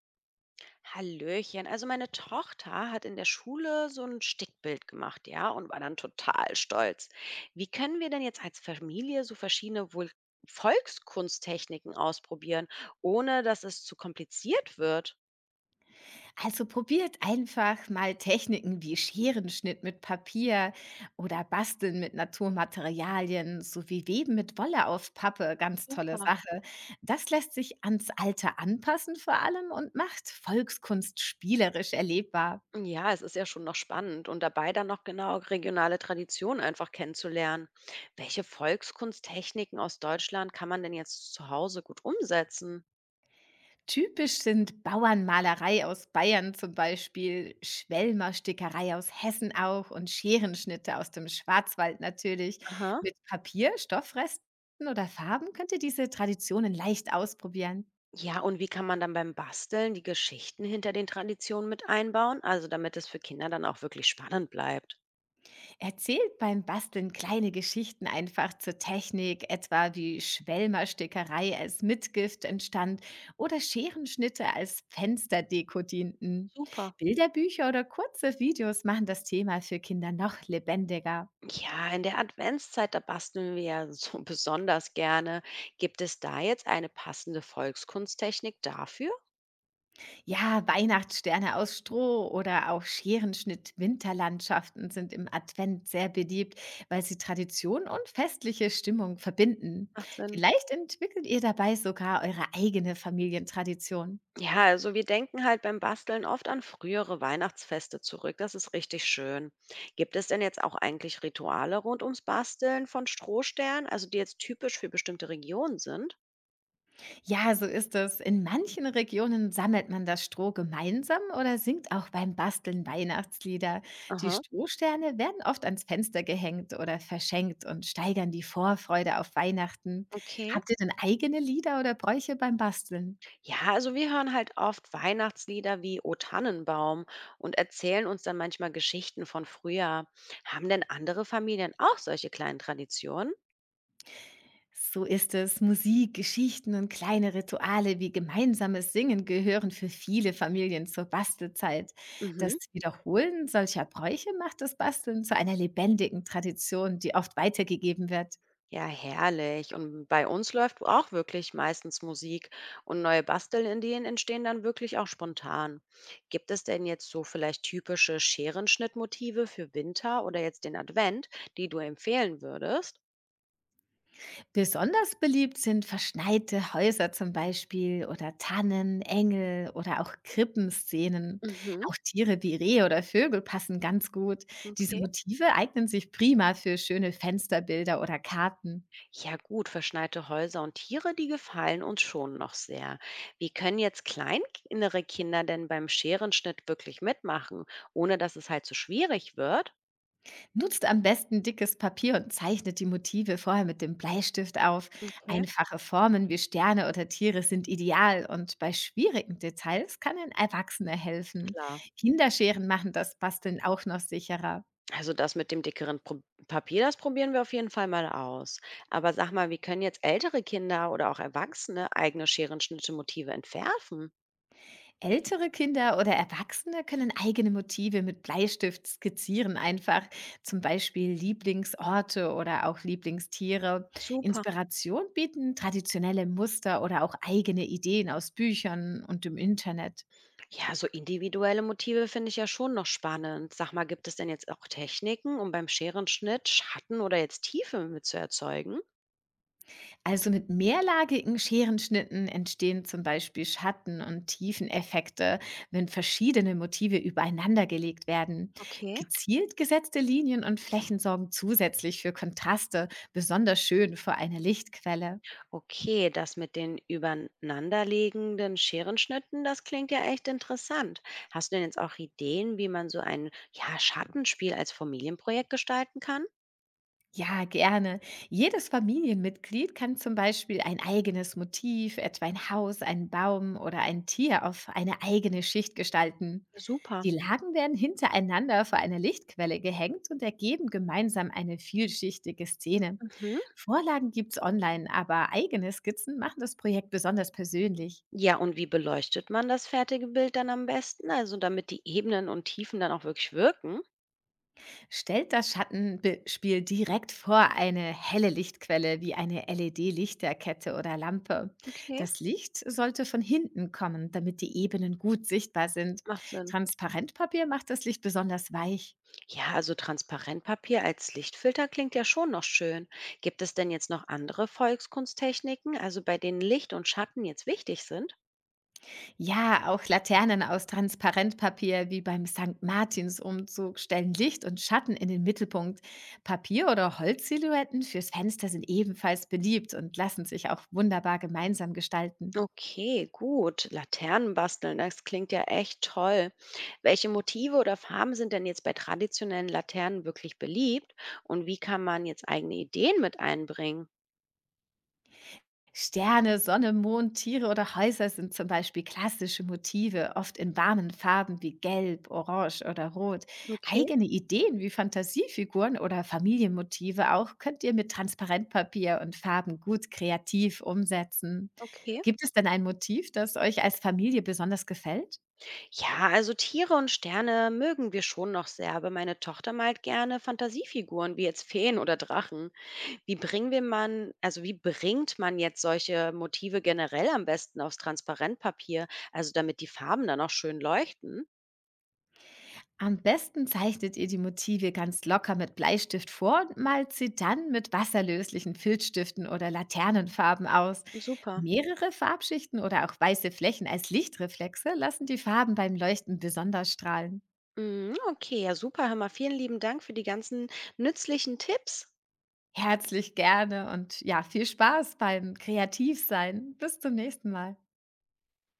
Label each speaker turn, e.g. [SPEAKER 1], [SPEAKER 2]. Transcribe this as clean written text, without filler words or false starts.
[SPEAKER 1] Hallöchen. Also meine Tochter hat in der Schule so ein Stickbild gemacht, ja, und war dann total stolz. Wie können wir denn jetzt als Familie so verschiedene Volkskunsttechniken ausprobieren, ohne dass es zu kompliziert wird?
[SPEAKER 2] Also probiert einfach mal Techniken wie Scherenschnitt mit Papier oder Basteln mit Naturmaterialien sowie Weben mit Wolle auf Pappe. Ganz tolle
[SPEAKER 1] Super.
[SPEAKER 2] Sache. Das lässt sich ans Alter anpassen vor allem und macht Volkskunst spielerisch erlebbar.
[SPEAKER 1] Ja, es ist ja schon noch spannend und dabei dann noch genau regionale Traditionen einfach kennenzulernen. Welche Volkskunsttechniken aus Deutschland kann man denn jetzt zu Hause gut umsetzen?
[SPEAKER 2] Typisch sind Bauernmalerei aus Bayern zum Beispiel, Schwelmerstickerei aus Hessen auch und Scherenschnitte aus dem Schwarzwald natürlich.
[SPEAKER 1] Aha.
[SPEAKER 2] Mit Papier, Stoffresten oder Farben könnt ihr diese Traditionen leicht ausprobieren.
[SPEAKER 1] Ja, und wie kann man dann beim Basteln die Geschichten hinter den Traditionen mit einbauen? Also damit es für Kinder dann auch wirklich spannend bleibt.
[SPEAKER 2] Erzählt beim Basteln kleine Geschichten einfach zur Technik, etwa wie Schwelmerstickerei als Mitgift entstand oder Scherenschnitte als Fensterdeko dienten.
[SPEAKER 1] Super.
[SPEAKER 2] Bilderbücher oder kurze Videos machen das Thema für Kinder noch lebendiger.
[SPEAKER 1] Ja, in der Adventszeit, da basteln wir ja so besonders gerne. Gibt es da jetzt eine passende Volkskunsttechnik dafür?
[SPEAKER 2] Ja, Weihnachtssterne aus Stroh oder auch Scherenschnitt-Winterlandschaften sind im Advent sehr beliebt, weil sie Tradition und festliche Stimmung verbinden.
[SPEAKER 1] Macht Sinn.
[SPEAKER 2] Vielleicht entwickelt ihr dabei sogar eure eigene Familientradition.
[SPEAKER 1] Ja, also wir denken halt beim Basteln oft an frühere Weihnachtsfeste zurück. Das ist richtig schön. Gibt es denn jetzt auch eigentlich Rituale rund ums Basteln von Strohsternen, also die jetzt typisch für bestimmte Regionen sind?
[SPEAKER 2] Ja, so ist es. In manchen Regionen sammelt man das Stroh gemeinsam oder singt auch beim Basteln Weihnachtslieder. Die
[SPEAKER 1] Aha.
[SPEAKER 2] Strohsterne werden oft ans Fenster gehängt oder verschenkt und steigern die Vorfreude auf Weihnachten.
[SPEAKER 1] Okay.
[SPEAKER 2] Habt ihr denn eigene Lieder oder Bräuche beim Basteln?
[SPEAKER 1] Ja, also wir hören halt oft Weihnachtslieder wie O Tannenbaum und erzählen uns dann manchmal Geschichten von früher. Haben denn andere Familien auch solche kleinen Traditionen?
[SPEAKER 2] So ist es. Musik, Geschichten und kleine Rituale wie gemeinsames Singen gehören für viele Familien zur Bastelzeit. Das
[SPEAKER 1] Mhm.
[SPEAKER 2] Wiederholen solcher Bräuche macht das Basteln zu einer lebendigen Tradition, die oft weitergegeben wird.
[SPEAKER 1] Ja, herrlich. Und bei uns läuft auch wirklich meistens Musik und neue Bastelideen entstehen dann wirklich auch spontan. Gibt es denn jetzt so vielleicht typische Scherenschnittmotive für Winter oder jetzt den Advent, die du empfehlen würdest?
[SPEAKER 2] Besonders beliebt sind verschneite Häuser zum Beispiel oder Tannen, Engel oder auch Krippenszenen.
[SPEAKER 1] Mhm,
[SPEAKER 2] Auch Tiere wie Rehe oder Vögel passen ganz gut. Diese
[SPEAKER 1] okay.
[SPEAKER 2] Motive eignen sich prima für schöne Fensterbilder oder Karten.
[SPEAKER 1] Ja gut, verschneite Häuser und Tiere, die gefallen uns schon noch sehr. Wie können jetzt kleinere Kinder denn beim Scherenschnitt wirklich mitmachen, ohne dass es halt zu schwierig wird?
[SPEAKER 2] Nutzt am besten dickes Papier und zeichnet die Motive vorher mit dem Bleistift auf.
[SPEAKER 1] Okay.
[SPEAKER 2] Einfache Formen wie Sterne oder Tiere sind ideal und bei schwierigen Details kann ein Erwachsener helfen.
[SPEAKER 1] Klar.
[SPEAKER 2] Kinderscheren machen das Basteln auch noch sicherer.
[SPEAKER 1] Also das mit dem dickeren Pro Papier, das probieren wir auf jeden Fall mal aus. Aber sag mal, wie können jetzt ältere Kinder oder auch Erwachsene eigene Scherenschnitte-Motive entwerfen?
[SPEAKER 2] Ältere Kinder oder Erwachsene können eigene Motive mit Bleistift skizzieren, einfach zum Beispiel Lieblingsorte oder auch Lieblingstiere.
[SPEAKER 1] Super.
[SPEAKER 2] Inspiration bieten traditionelle Muster oder auch eigene Ideen aus Büchern und im Internet.
[SPEAKER 1] Ja, so individuelle Motive finde ich ja schon noch spannend. Sag mal, gibt es denn jetzt auch Techniken, um beim Scherenschnitt Schatten oder jetzt Tiefe mit zu erzeugen?
[SPEAKER 2] Also mit mehrlagigen Scherenschnitten entstehen zum Beispiel Schatten- und Tiefeneffekte, wenn verschiedene Motive übereinandergelegt werden.
[SPEAKER 1] Okay.
[SPEAKER 2] Gezielt gesetzte Linien und Flächen sorgen zusätzlich für Kontraste, besonders schön vor einer Lichtquelle.
[SPEAKER 1] Okay, das mit den übereinanderliegenden Scherenschnitten, das klingt ja echt interessant. Hast du denn jetzt auch Ideen, wie man so ein ja, Schattenspiel als Familienprojekt gestalten kann?
[SPEAKER 2] Ja, gerne. Jedes Familienmitglied kann zum Beispiel ein eigenes Motiv, etwa ein Haus, einen Baum oder ein Tier auf eine eigene Schicht gestalten.
[SPEAKER 1] Super.
[SPEAKER 2] Die Lagen werden hintereinander vor einer Lichtquelle gehängt und ergeben gemeinsam eine vielschichtige Szene.
[SPEAKER 1] Mhm.
[SPEAKER 2] Vorlagen gibt's online, aber eigene Skizzen machen das Projekt besonders persönlich.
[SPEAKER 1] Ja, und wie beleuchtet man das fertige Bild dann am besten? Also damit die Ebenen und Tiefen dann auch wirklich wirken?
[SPEAKER 2] Stellt das Schattenspiel direkt vor eine helle Lichtquelle wie eine LED-Lichterkette oder Lampe.
[SPEAKER 1] Okay.
[SPEAKER 2] Das Licht sollte von hinten kommen, damit die Ebenen gut sichtbar sind.
[SPEAKER 1] Macht Sinn.
[SPEAKER 2] Transparentpapier macht das Licht besonders weich.
[SPEAKER 1] Ja, also Transparentpapier als Lichtfilter klingt ja schon noch schön. Gibt es denn jetzt noch andere Volkskunsttechniken, also bei denen Licht und Schatten jetzt wichtig sind?
[SPEAKER 2] Ja, auch Laternen aus Transparentpapier wie beim St. Martins-Umzug stellen Licht und Schatten in den Mittelpunkt. Papier- oder Holzsilhouetten fürs Fenster sind ebenfalls beliebt und lassen sich auch wunderbar gemeinsam gestalten.
[SPEAKER 1] Okay, gut. Laternen basteln, das klingt ja echt toll. Welche Motive oder Farben sind denn jetzt bei traditionellen Laternen wirklich beliebt und wie kann man jetzt eigene Ideen mit einbringen?
[SPEAKER 2] Sterne, Sonne, Mond, Tiere oder Häuser sind zum Beispiel klassische Motive, oft in warmen Farben wie Gelb, Orange oder Rot.
[SPEAKER 1] Okay,
[SPEAKER 2] Eigene Ideen wie Fantasiefiguren oder Familienmotive auch könnt ihr mit Transparentpapier und Farben gut kreativ umsetzen.
[SPEAKER 1] okay.
[SPEAKER 2] Gibt es denn ein Motiv, das euch als Familie besonders gefällt?
[SPEAKER 1] Ja, also Tiere und Sterne mögen wir schon noch sehr, aber meine Tochter malt gerne Fantasiefiguren wie jetzt Feen oder Drachen. Wie bringen wir man, also wie bringt man jetzt solche Motive generell am besten aufs Transparentpapier, also damit die Farben dann auch schön leuchten?
[SPEAKER 2] Am besten zeichnet ihr die Motive ganz locker mit Bleistift vor und malt sie dann mit wasserlöslichen Filzstiften oder Laternenfarben aus.
[SPEAKER 1] Super.
[SPEAKER 2] Mehrere Farbschichten oder auch weiße Flächen als Lichtreflexe lassen die Farben beim Leuchten besonders strahlen.
[SPEAKER 1] Mhm, okay, ja super, hör vielen lieben Dank für die ganzen nützlichen Tipps.
[SPEAKER 2] Herzlich gerne und ja, viel Spaß beim Kreativsein. Bis zum nächsten Mal.